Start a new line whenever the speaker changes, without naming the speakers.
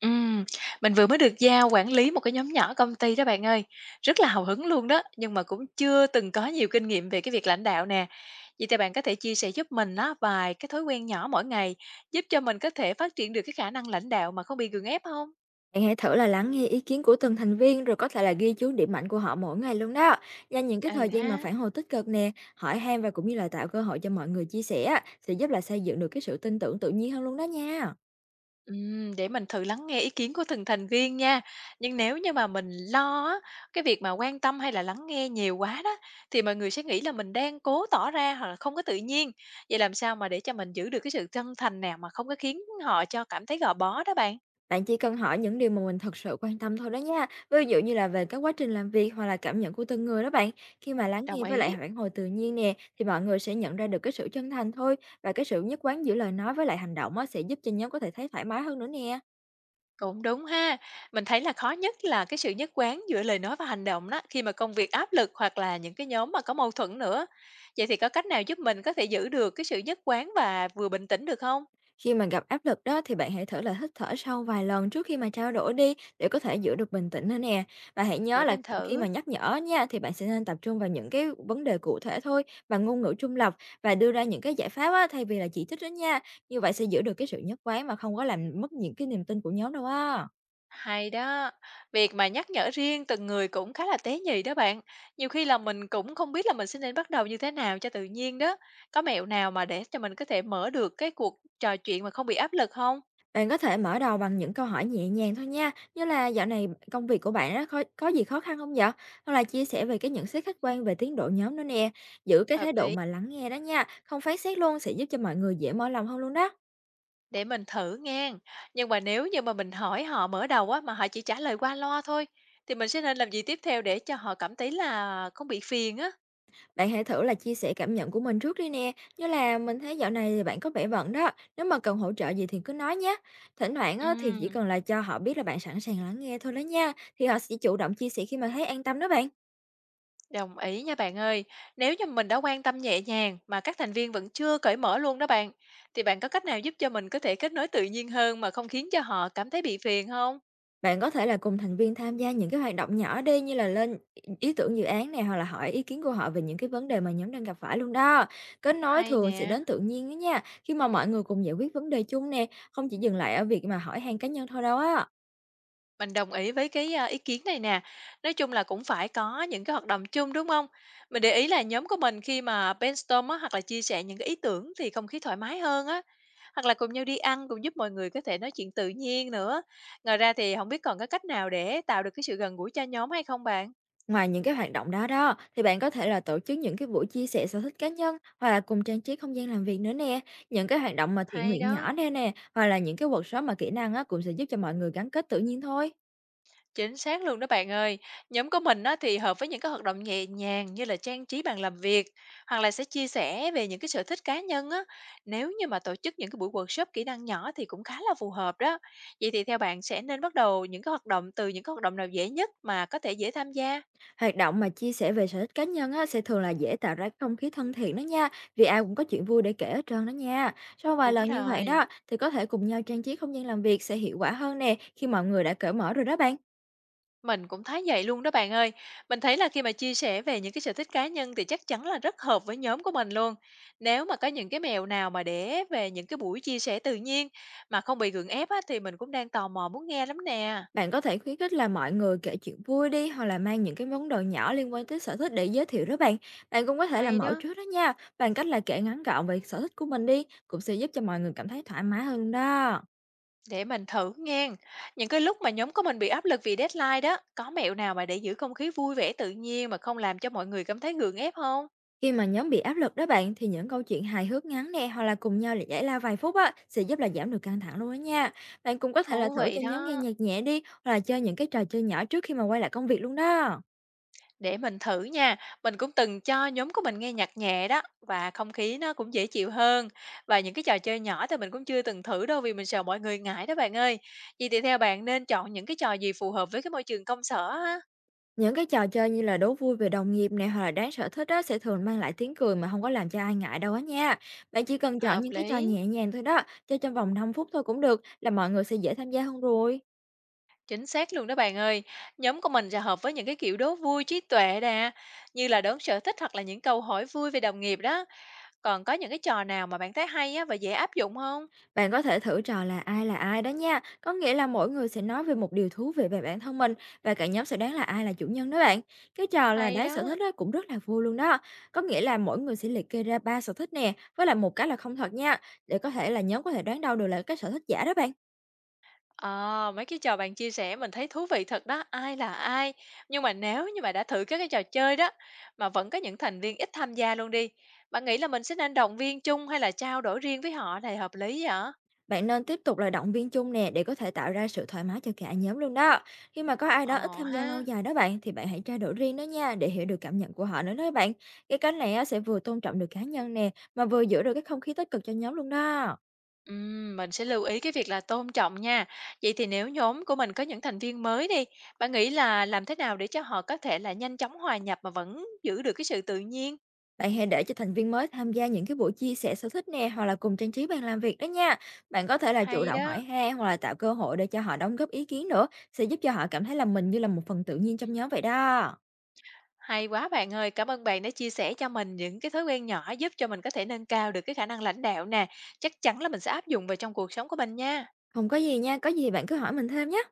Ừm, mình vừa mới được giao quản lý một cái nhóm nhỏ công ty đó bạn ơi. Rất là hào hứng luôn đó, nhưng mà cũng chưa từng có nhiều kinh nghiệm về cái việc lãnh đạo nè. Vậy thì bạn có thể chia sẻ giúp mình á vài cái thói quen nhỏ mỗi ngày giúp cho mình có thể phát triển được cái khả năng lãnh đạo mà không bị gượng ép không?
Bạn hãy thử là lắng nghe ý kiến của từng thành viên rồi có thể là ghi chú điểm mạnh của họ mỗi ngày luôn đó. Dành những cái
Ừ
thời
ha.
gian mà phản hồi tích cực nè, hỏi han và cũng như là tạo cơ hội cho mọi người chia sẻ á, sẽ giúp là xây dựng được cái sự tin tưởng tự nhiên hơn luôn đó nha.
Để mình thử lắng nghe ý kiến của từng thành viên nha. Nhưng nếu như mà mình lo á, cái việc mà quan tâm hay là lắng nghe nhiều quá đó, thì mọi người sẽ nghĩ là mình đang cố tỏ ra hoặc là không có tự nhiên. Vậy làm sao mà để cho mình giữ được cái sự chân thành nào mà không có khiến họ cho cảm thấy gò bó đó bạn?
Bạn chỉ cần hỏi những điều mà mình thật sự quan tâm thôi đó nha. Ví dụ như là về các quá trình làm việc hoặc là cảm nhận của từng người đó bạn. Khi mà lắng
Đồng
nghe với
ý.
lại phản hồi tự nhiên nè, thì mọi người sẽ nhận ra được cái sự chân thành thôi, và cái sự nhất quán giữa lời nói với lại hành động á, sẽ giúp cho nhóm có thể thấy thoải mái hơn nữa nè.
Cũng đúng ha. Mình thấy là khó nhất là cái sự nhất quán giữa lời nói và hành động đó khi mà công việc áp lực hoặc là những cái nhóm mà có mâu thuẫn nữa. Vậy thì có cách nào giúp mình có thể giữ được cái sự nhất quán và vừa bình tĩnh được không?
Khi mà gặp áp lực đó, thì bạn hãy thử là hít thở sâu vài lần trước khi mà trao đổi đi, để có thể giữ được bình tĩnh nữa nè. Và hãy
Để
nhớ là
mình
khi
thử.
mà nhắc nhở nha, thì bạn sẽ nên tập trung vào những cái vấn đề cụ thể thôi và ngôn ngữ trung lập, và đưa ra những cái giải pháp á, thay vì là chỉ trích đó nha. Như vậy sẽ giữ được cái sự nhất quán mà không có làm mất những cái niềm tin của nhóm đâu á.
Hay đó. Việc mà nhắc nhở riêng từng người cũng khá là tế nhị đó bạn. Nhiều khi là mình cũng không biết là mình sẽ nên bắt đầu như thế nào cho tự nhiên đó. Có mẹo nào mà để cho mình có thể mở được cái cuộc trò chuyện mà không bị áp lực không?
Bạn có thể mở đầu bằng những câu hỏi nhẹ nhàng thôi nha, như là dạo này công việc của bạn á, khó, có gì khó khăn không dạ? Hoặc là chia sẻ về cái nhận xét khách quan về tiến độ nhóm nữa nè. Giữ cái
Hợp
thái độ
lý.
mà lắng nghe đó nha, không phán xét luôn, sẽ giúp cho mọi người dễ mở lòng hơn luôn đó.
Để mình thử nghe. Nhưng mà nếu như mà mình hỏi họ mở đầu á mà họ chỉ trả lời qua loa thôi thì mình sẽ nên làm gì tiếp theo để cho họ cảm thấy là không bị phiền á?
Bạn hãy thử là chia sẻ cảm nhận của mình trước đi nè, như là mình thấy dạo này thì bạn có vẻ bận đó, nếu mà cần hỗ trợ gì thì cứ nói nhé. Thỉnh thoảng
Ừ.
á, thì chỉ cần là cho họ biết là bạn sẵn sàng lắng nghe thôi đó nha, thì họ sẽ chủ động chia sẻ khi mà thấy an tâm đó bạn.
Đồng ý nha bạn ơi. Nếu như mình đã quan tâm nhẹ nhàng mà các thành viên vẫn chưa cởi mở luôn đó bạn, thì bạn có cách nào giúp cho mình có thể kết nối tự nhiên hơn mà không khiến cho họ cảm thấy bị phiền không?
Bạn có thể là cùng thành viên tham gia những cái hoạt động nhỏ đi, như là lên ý ý tưởng dự án này, hoặc là hỏi ý kiến của họ về những cái vấn đề mà nhóm đang gặp phải luôn đó. Kết nối
Hay
thường sẽ
nè,
đến tự nhiên đó nha, khi mà mọi người cùng giải quyết vấn đề chung nè, không chỉ dừng lại ở việc mà hỏi han cá nhân thôi đâu á.
mình đồng ý với ý kiến này nè. Nói chung là cũng phải có những cái hoạt động chung đúng không? Mình để ý là nhóm của mình khi mà brainstorm á, hoặc là chia sẻ những cái ý tưởng thì không khí thoải mái hơn á. Hoặc là cùng nhau đi ăn cũng giúp mọi người có thể nói chuyện tự nhiên nữa. Ngoài ra thì không biết còn có cách nào để tạo được cái sự gần gũi cho nhóm hay không bạn?
Ngoài những cái hoạt động đó đó, thì bạn có thể là tổ chức những cái buổi chia sẻ sở thích cá nhân, hoặc là cùng trang trí không gian làm việc nữa nè. Những cái hoạt động mà thiện
Hay
nguyện
đó.
nhỏ đây nè, hoặc là những cái workshop mà kỹ năng á, cũng sẽ giúp cho mọi người gắn kết tự nhiên thôi.
Chính xác luôn đó bạn ơi. Nhóm của mình á, thì hợp với những cái hoạt động nhẹ nhàng như là trang trí bàn làm việc hoặc là sẽ chia sẻ về những cái sở thích cá nhân á. Nếu như mà tổ chức những cái buổi workshop kỹ năng nhỏ thì cũng khá là phù hợp đó. Vậy thì theo bạn sẽ nên bắt đầu những cái hoạt động từ những cái hoạt động nào dễ nhất mà có thể dễ tham gia?
Hoạt động mà chia sẻ về sở thích cá nhân á, sẽ thường là dễ tạo ra cái không khí thân thiện đó nha, vì ai cũng có chuyện vui để kể hết trơn đó nha. Sau vài
Đúng
lần như vậy
rồi.
đó, thì có thể cùng nhau trang trí không gian làm việc sẽ hiệu quả hơn nè, khi mọi người đã cởi mở rồi đó bạn.
Mình cũng thấy vậy luôn đó bạn ơi. Mình thấy là khi mà chia sẻ về những cái sở thích cá nhân thì chắc chắn là rất hợp với nhóm của mình luôn. Nếu mà có những cái mẹo nào mà để về những cái buổi chia sẻ tự nhiên mà không bị gượng ép á, thì mình cũng đang tò mò muốn nghe lắm nè.
Bạn có thể khuyến khích là mọi người kể chuyện vui đi, hoặc là mang những cái món đồ nhỏ liên quan tới sở thích để giới thiệu đó bạn. Bạn cũng có thể
Hay
làm mẫu
đó,
trước đó nha, bằng cách là kể ngắn gọn về sở thích của mình đi, cũng sẽ giúp cho mọi người cảm thấy thoải mái hơn đó.
để mình thử nghe. Những cái lúc mà nhóm của mình bị áp lực vì deadline đó, có mẹo nào mà để giữ không khí vui vẻ tự nhiên mà không làm cho mọi người cảm thấy gượng ép không?
Khi mà nhóm bị áp lực đó bạn, thì những câu chuyện hài hước ngắn nè, hoặc là cùng nhau là giải lao vài phút á, sẽ giúp là giảm được căng thẳng luôn đó nha. Bạn cũng có thể là
Thú
thử
vị
cho nhóm nghe
đó.
nhạc nhẹ đi, hoặc là chơi những cái trò chơi nhỏ trước khi mà quay lại công việc luôn đó.
Để mình thử nha, mình cũng từng cho nhóm của mình nghe nhạc nhẹ đó và không khí nó cũng dễ chịu hơn. Và những cái trò chơi nhỏ thì mình cũng chưa từng thử đâu vì mình sợ mọi người ngại đó bạn ơi. Vậy thì theo bạn nên chọn những cái trò gì phù hợp với cái môi trường công sở ha?
Những cái trò chơi như là đố vui về đồng nghiệp này, hoặc là đáng sở thích đó, sẽ thường mang lại tiếng cười mà không có làm cho ai ngại đâu á nha. Bạn chỉ cần chọn
Hợp
những cái trò
lý.
nhẹ nhàng thôi đó, chơi trong vòng 5 phút thôi cũng được, là mọi người sẽ dễ tham gia hơn rồi.
Chính xác luôn đó bạn ơi. Nhóm của mình sẽ hợp với những cái kiểu đố vui trí tuệ nè, như là đón sở thích hoặc là những câu hỏi vui về đồng nghiệp đó. Còn có những cái trò nào mà bạn thấy hay á và dễ áp dụng không?
Bạn có thể thử trò là ai đó nha. Có nghĩa là mỗi người sẽ nói về một điều thú vị về bản thân mình, và cả nhóm sẽ đoán là ai là chủ nhân đó bạn. Cái trò là
Hay
đoán sở
đó.
thích đó cũng rất là vui luôn đó. Có nghĩa là mỗi người sẽ liệt kê ra 3 sở thích nè, với lại một cái là không thật nha, để có thể là nhóm có thể đoán đâu được là cái sở thích giả đó bạn.
Ờ, mấy cái trò bạn chia sẻ mình thấy thú vị thật đó, ai là ai. Nhưng mà nếu như mà đã thử các cái trò chơi đó mà vẫn có những thành viên ít tham gia luôn đi, bạn nghĩ là mình sẽ nên động viên chung hay là trao đổi riêng với họ thì hợp lý vậy?
Bạn nên tiếp tục là động viên chung nè, để có thể tạo ra sự thoải mái cho cả nhóm luôn đó. Khi mà có ai đó ít
Ờ
tham gia lâu
ha.
dài đó bạn, thì bạn hãy trao đổi riêng đó nha, để hiểu được cảm nhận của họ nữa đó bạn. Cái cách này á, sẽ vừa tôn trọng được cá nhân nè, mà vừa giữ được cái không khí tích cực cho nhóm luôn đó.
Mình sẽ lưu ý cái việc là tôn trọng nha. Vậy thì nếu nhóm của mình có những thành viên mới đi, bạn nghĩ là làm thế nào để cho họ có thể là nhanh chóng hòa nhập mà vẫn giữ được cái sự tự nhiên?
Bạn hãy để cho thành viên mới tham gia những cái buổi chia sẻ sở thích nè, hoặc là cùng trang trí bàn làm việc đó nha. Bạn có thể là chủ
Hay
động
đó.
hỏi han, hoặc là tạo cơ hội để cho họ đóng góp ý kiến nữa, sẽ giúp cho họ cảm thấy là mình như là một phần tự nhiên trong nhóm vậy đó.
Hay quá bạn ơi, cảm ơn bạn đã chia sẻ cho mình những cái thói quen nhỏ giúp cho mình có thể nâng cao được cái khả năng lãnh đạo nè. Chắc chắn là mình sẽ áp dụng vào trong cuộc sống của mình nha.
Không có gì nha, có gì bạn cứ hỏi mình thêm nhé.